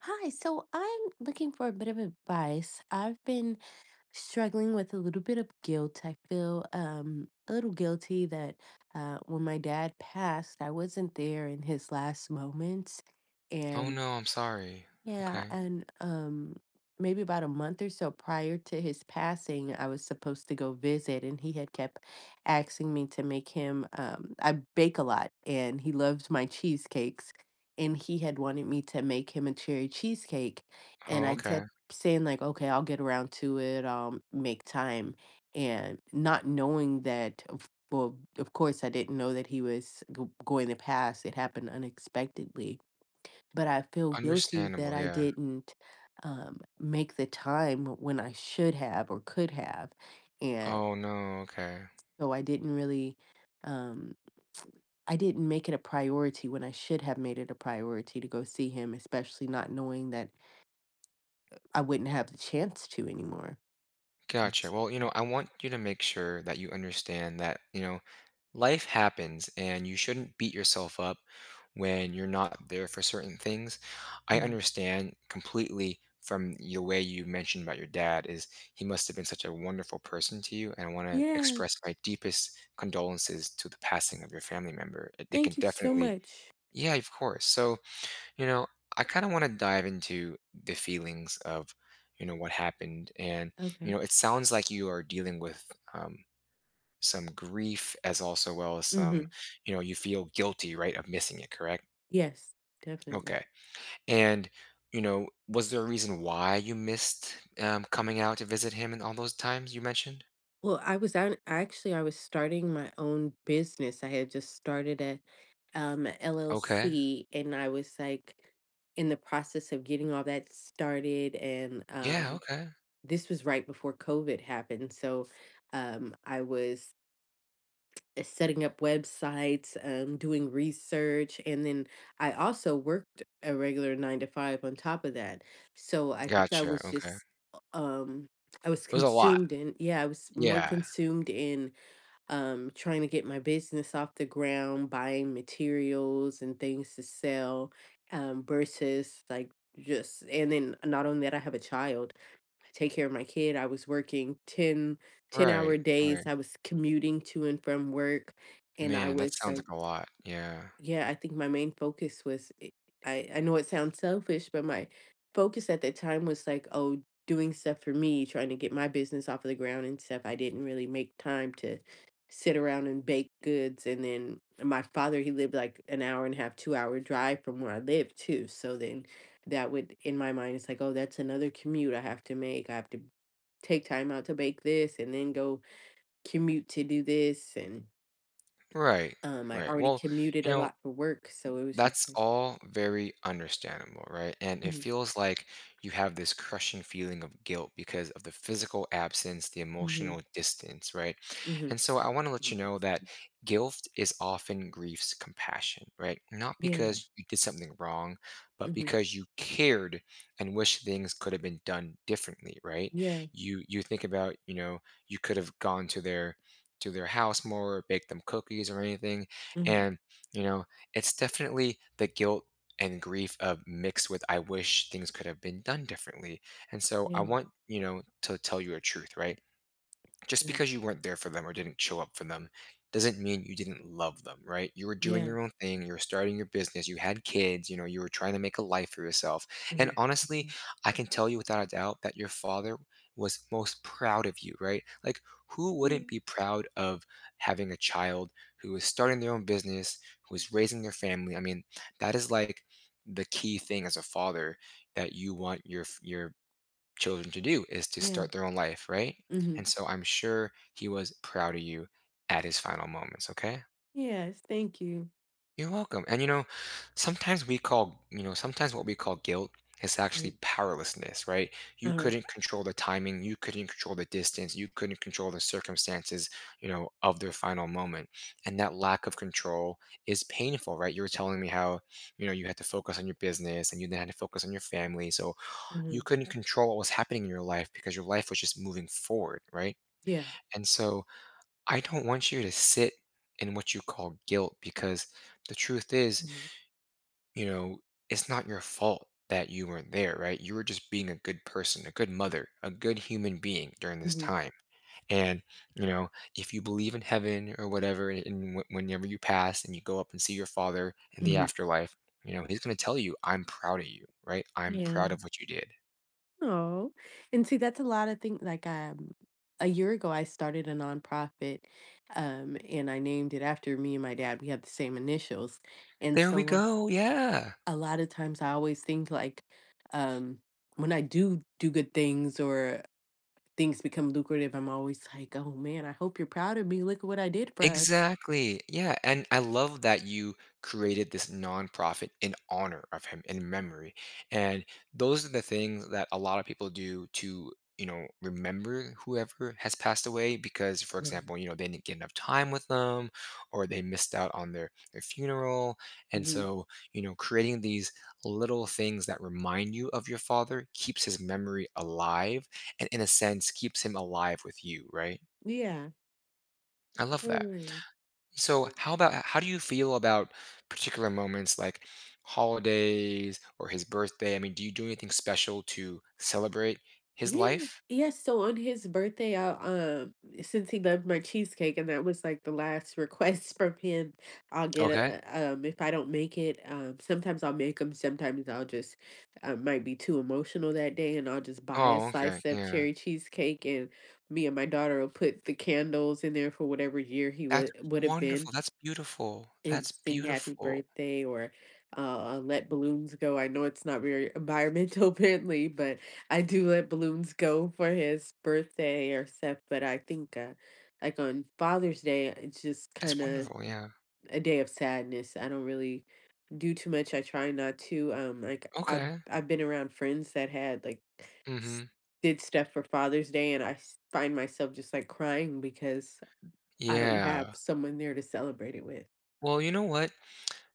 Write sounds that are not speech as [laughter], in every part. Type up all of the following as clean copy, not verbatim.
Hi, so I'm looking for a bit of advice. I've been struggling with a little bit of guilt. I feel a little guilty that when my dad passed, I wasn't there in his last moments. Oh And no, I'm sorry. yeah, Okay. Maybe about a month or so prior to his passing, I was supposed to go visit, and he had kept asking me to make him — I bake a lot, and he loves my cheesecakes, and he had wanted me to make him a cherry cheesecake, and Oh, I, mhm, okay. kept saying, like, "Okay, I'll get around to it, I'll make time," and not knowing that, of well, of course, I didn't know that he was go going to pass. It happened unexpectedly, but I feel guilty that Understandable, I yeah. didn't make the time when I should have or could have. And Oh no, okay. so I didn't really, um, I didn't make it a priority when I should have made it a priority to go see him, especially not knowing that I wouldn't have the chance to anymore. Gotcha. Well, you know, I want you to make sure that you understand that, you know, life happens and you shouldn't beat yourself up when you're not there for certain things. I Mhm. understand completely from the way you mentioned about your dad is he must have been such a wonderful person to you, and I want to express Yes. my deepest condolences to the passing of your family member. It can Thank you so definitely, much. yeah, of course. So, you know, I kind of want to dive into the feelings of, you know, what happened. And, you Okay. know, it sounds like you are dealing with some grief as also well as some, Hmm. you know, you feel guilty, right, of missing it, correct? Yes, definitely. Okay. And, you know, was there a reason why you missed coming out to visit him in all those times you mentioned? Well, actually, I was starting my own business. I had just started Okay. LLC, and I was like in the process of getting all that started. And Yeah, okay. this was right before COVID happened. So I was setting up websites, doing research, and then I also worked a regular nine to five on top of that. So I think I Gotcha. was Okay. It just, um, I was was a lot. consumed in, yeah, I was more Yeah. consumed in trying to get my business off the ground, buying materials and things to sell, versus like just — and then not only that, I have a child, I take care of my kid. I was working ten hour Right. days. Right. I was commuting to and from work, and I Man, that was sounds like, like a lot. Yeah. yeah, I think my main focus was — I know it sounds selfish, but my focus at that time was like, oh, doing stuff for me, trying to get my business off of the ground and stuff. I didn't really make time to sit around and bake goods. And then my father, he lived like an hour and a half, 2-hour drive from where I lived too. So then that would — in my mind, it's like, oh, that's another commute I have to make. I have to take time out to bake this and then go commute to do this, and Right, I right. already Well, commuted you a know, lot for work, so it was that's just like — all very understandable, right? And it mhm, feels like you have this crushing feeling of guilt because of the physical absence, the mhm, emotional distance, right? mhm. And so I want to let you know that guilt is often grief's compassion, right? Not Yeah, because you did something wrong, but mhm, because you cared and wish things could have been done differently, right? yeah, You think about, you know, you could have gone to their house more, baked them cookies or anything, mhm, and you know it's definitely the guilt and grief of mixed with I wish things could have been done differently. And so I yeah, want, you know, to tell you a truth, right? Just yeah, because you weren't there for them or didn't show up for them doesn't mean you didn't love them, right? You were doing yeah, your own thing, you were starting your business, you had kids, you know, you were trying to make a life for yourself. And mhm, honestly, I can tell you without a doubt that your father was most proud of you, right? Like who mhm, wouldn't be proud of having a child who is starting their own business, who is raising their family? I mean, that is like the key thing as a father that you want your children to do is to yeah, start their own life, right? mhm. And so I'm sure he was proud of you at his final moments, okay? Yes, thank you. You're welcome. And you know, sometimes we call, you know, sometimes what we call guilt is actually Mm, powerlessness, right? You uh-huh, couldn't control the timing, you couldn't control the distance, you couldn't control the circumstances, you know, of their final moment. And that lack of control is painful, right? You were telling me how, you know, you had to focus on your business and you then had to focus on your family. So you mhm, couldn't control what was happening in your life because your life was just moving forward, right? yeah, And so I don't want you to sit in what you call guilt because the truth is, mhm, you know, it's not your fault that you weren't there, right? You were just being a good person, a good mother, a good human being during this mhm, time. And, you know, if you believe in heaven or whatever, and whenever you pass and you go up and see your father in the mhm, afterlife, you know, he's going to tell you, I'm proud of you, right? I'm yeah. proud of what you did. Oh, and see, that's a lot of things. Like, a year ago, I started a nonprofit, and I named it after me and my dad. We have the same initials, and There we so go. Yeah. a lot of times I always think, like, um when I do good things or things become lucrative, I'm always like, oh man, I hope you're proud of me. Look at what I did for us. Exactly. Yeah, and I love that you created this nonprofit in honor of him, in memory. And those are the things that a lot of people do to, you know, remember whoever has passed away because, for Mhm. example, you know, they didn't get enough time with them or they missed out on their funeral. And Mhm. so, you know, creating these little things that remind you of your father keeps his memory alive and in a sense keeps him alive with you, right? Yeah. I love that. Totally. So how about how do you feel about particular moments like holidays or his birthday? I mean, do you do anything special to celebrate his Yeah. life? Yes, so on his birthday, I — since he loved my cheesecake and that was like the last [laughs] request from him, Okay. If I don't make it, sometimes I'll make them, sometimes I'll just — I might be too emotional that day, and I'll just buy a Oh, okay. slice of Yeah. cherry cheesecake, and me and my daughter will put the candles in there for whatever year he That's would have been, wonderful. That's beautiful. and That's sing happy beautiful. birthday, or let balloons go. I know it's not very environmental [laughs] friendly, but I do let balloons go for his birthday or stuff. But I think, like on Father's Day, it's just kind That's of wonderful. Yeah. a day of sadness. I don't really do too much. I try not to. Like, I've Okay. I've been around friends that had, like, s- Mm-hmm. did stuff for Father's Day, and I find myself just like crying because I don't have Yeah. someone there to celebrate it with. Well, you know what?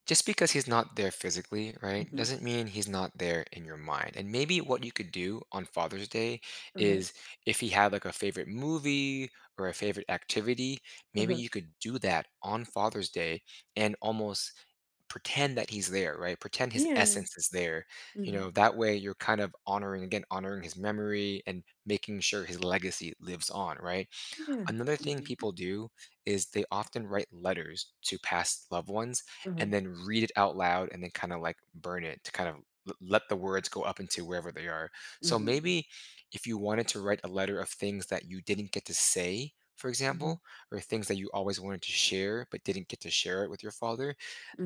Just because he's not there physically, right, Hmm. doesn't mean he's not there in your mind. And maybe what you could do on Father's Day is if he had like a favorite movie or a favorite activity, maybe Uh-huh. you could do that on Father's Day and almost pretend that he's there, right? Pretend his Yeah. essence is there. You Mhm. know, that way you're kind of honoring, again, honoring his memory and making sure his legacy lives on, right? Yeah. Another thing Mm-hmm. people do is they often write letters to past loved ones Uh-huh. and then read it out loud and then kind of like burn it to kind of let the words go up into wherever they are. So Mhm. maybe if you wanted to write a letter of things that you didn't get to say, for Mhm. example, or things that you always wanted to share but didn't get to share it with your father,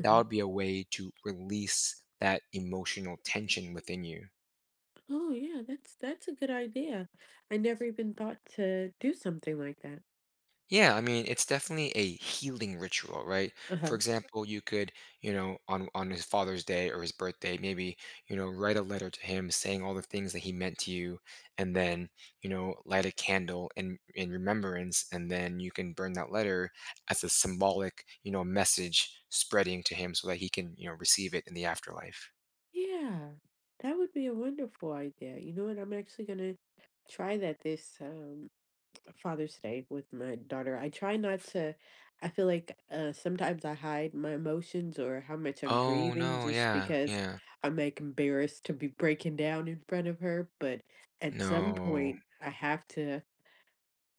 that would be a way to release that emotional tension within you. Oh yeah, that's a good idea. I never even thought to do something like that. Yeah, I mean, it's definitely a healing ritual, right? Uh-huh. For example, you could, you know, on his Father's Day or his birthday, maybe, you know, write a letter to him saying all the things that he meant to you, and then, you know, light a candle in remembrance, and then you can burn that letter as a symbolic, you know, message spreading to him so that he can, you know, receive it in the afterlife. Yeah. That would be a wonderful idea. You know what? I'm actually gonna try that this Father's Day with my daughter. I try not to — I feel like, sometimes I hide my emotions or how much I'm Oh grieving no, just yeah, because yeah. I'm like embarrassed to be breaking down in front of her. But at some No. point, I have to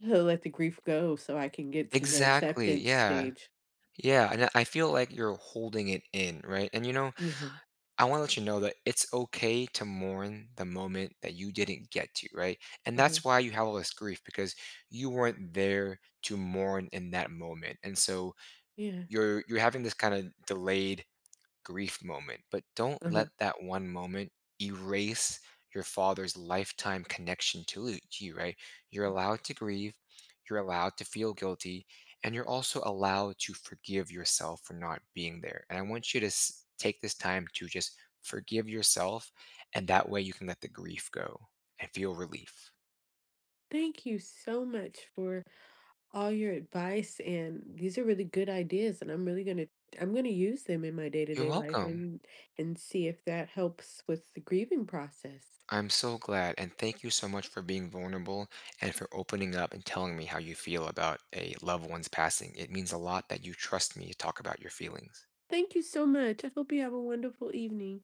let the grief go so I can get to the Exactly. acceptance Yeah. stage. Yeah, and I feel like you're holding it in, right? And you know, Hmm. I want to let you know that it's okay to mourn the moment that you didn't get to, right? And that's why you have all this grief because you weren't there to mourn in that moment. And so Yeah. you're having this kind of delayed grief moment, but don't Uh-huh. let that one moment erase your father's lifetime connection to you, right? You're allowed to grieve, you're allowed to feel guilty, and you're also allowed to forgive yourself for not being there. And I want you to take this time to just forgive yourself, and that way you can let the grief go and feel relief. Thank you so much for all your advice, and these are really good ideas, and I'm going to use them in my You're day-to-day life, welcome. and see if that helps with the grieving process. I'm so glad, and thank you so much for being vulnerable and for opening up and telling me how you feel about a loved one's passing. It means a lot that you trust me to talk about your feelings. Thank you so much. I hope you have a wonderful evening.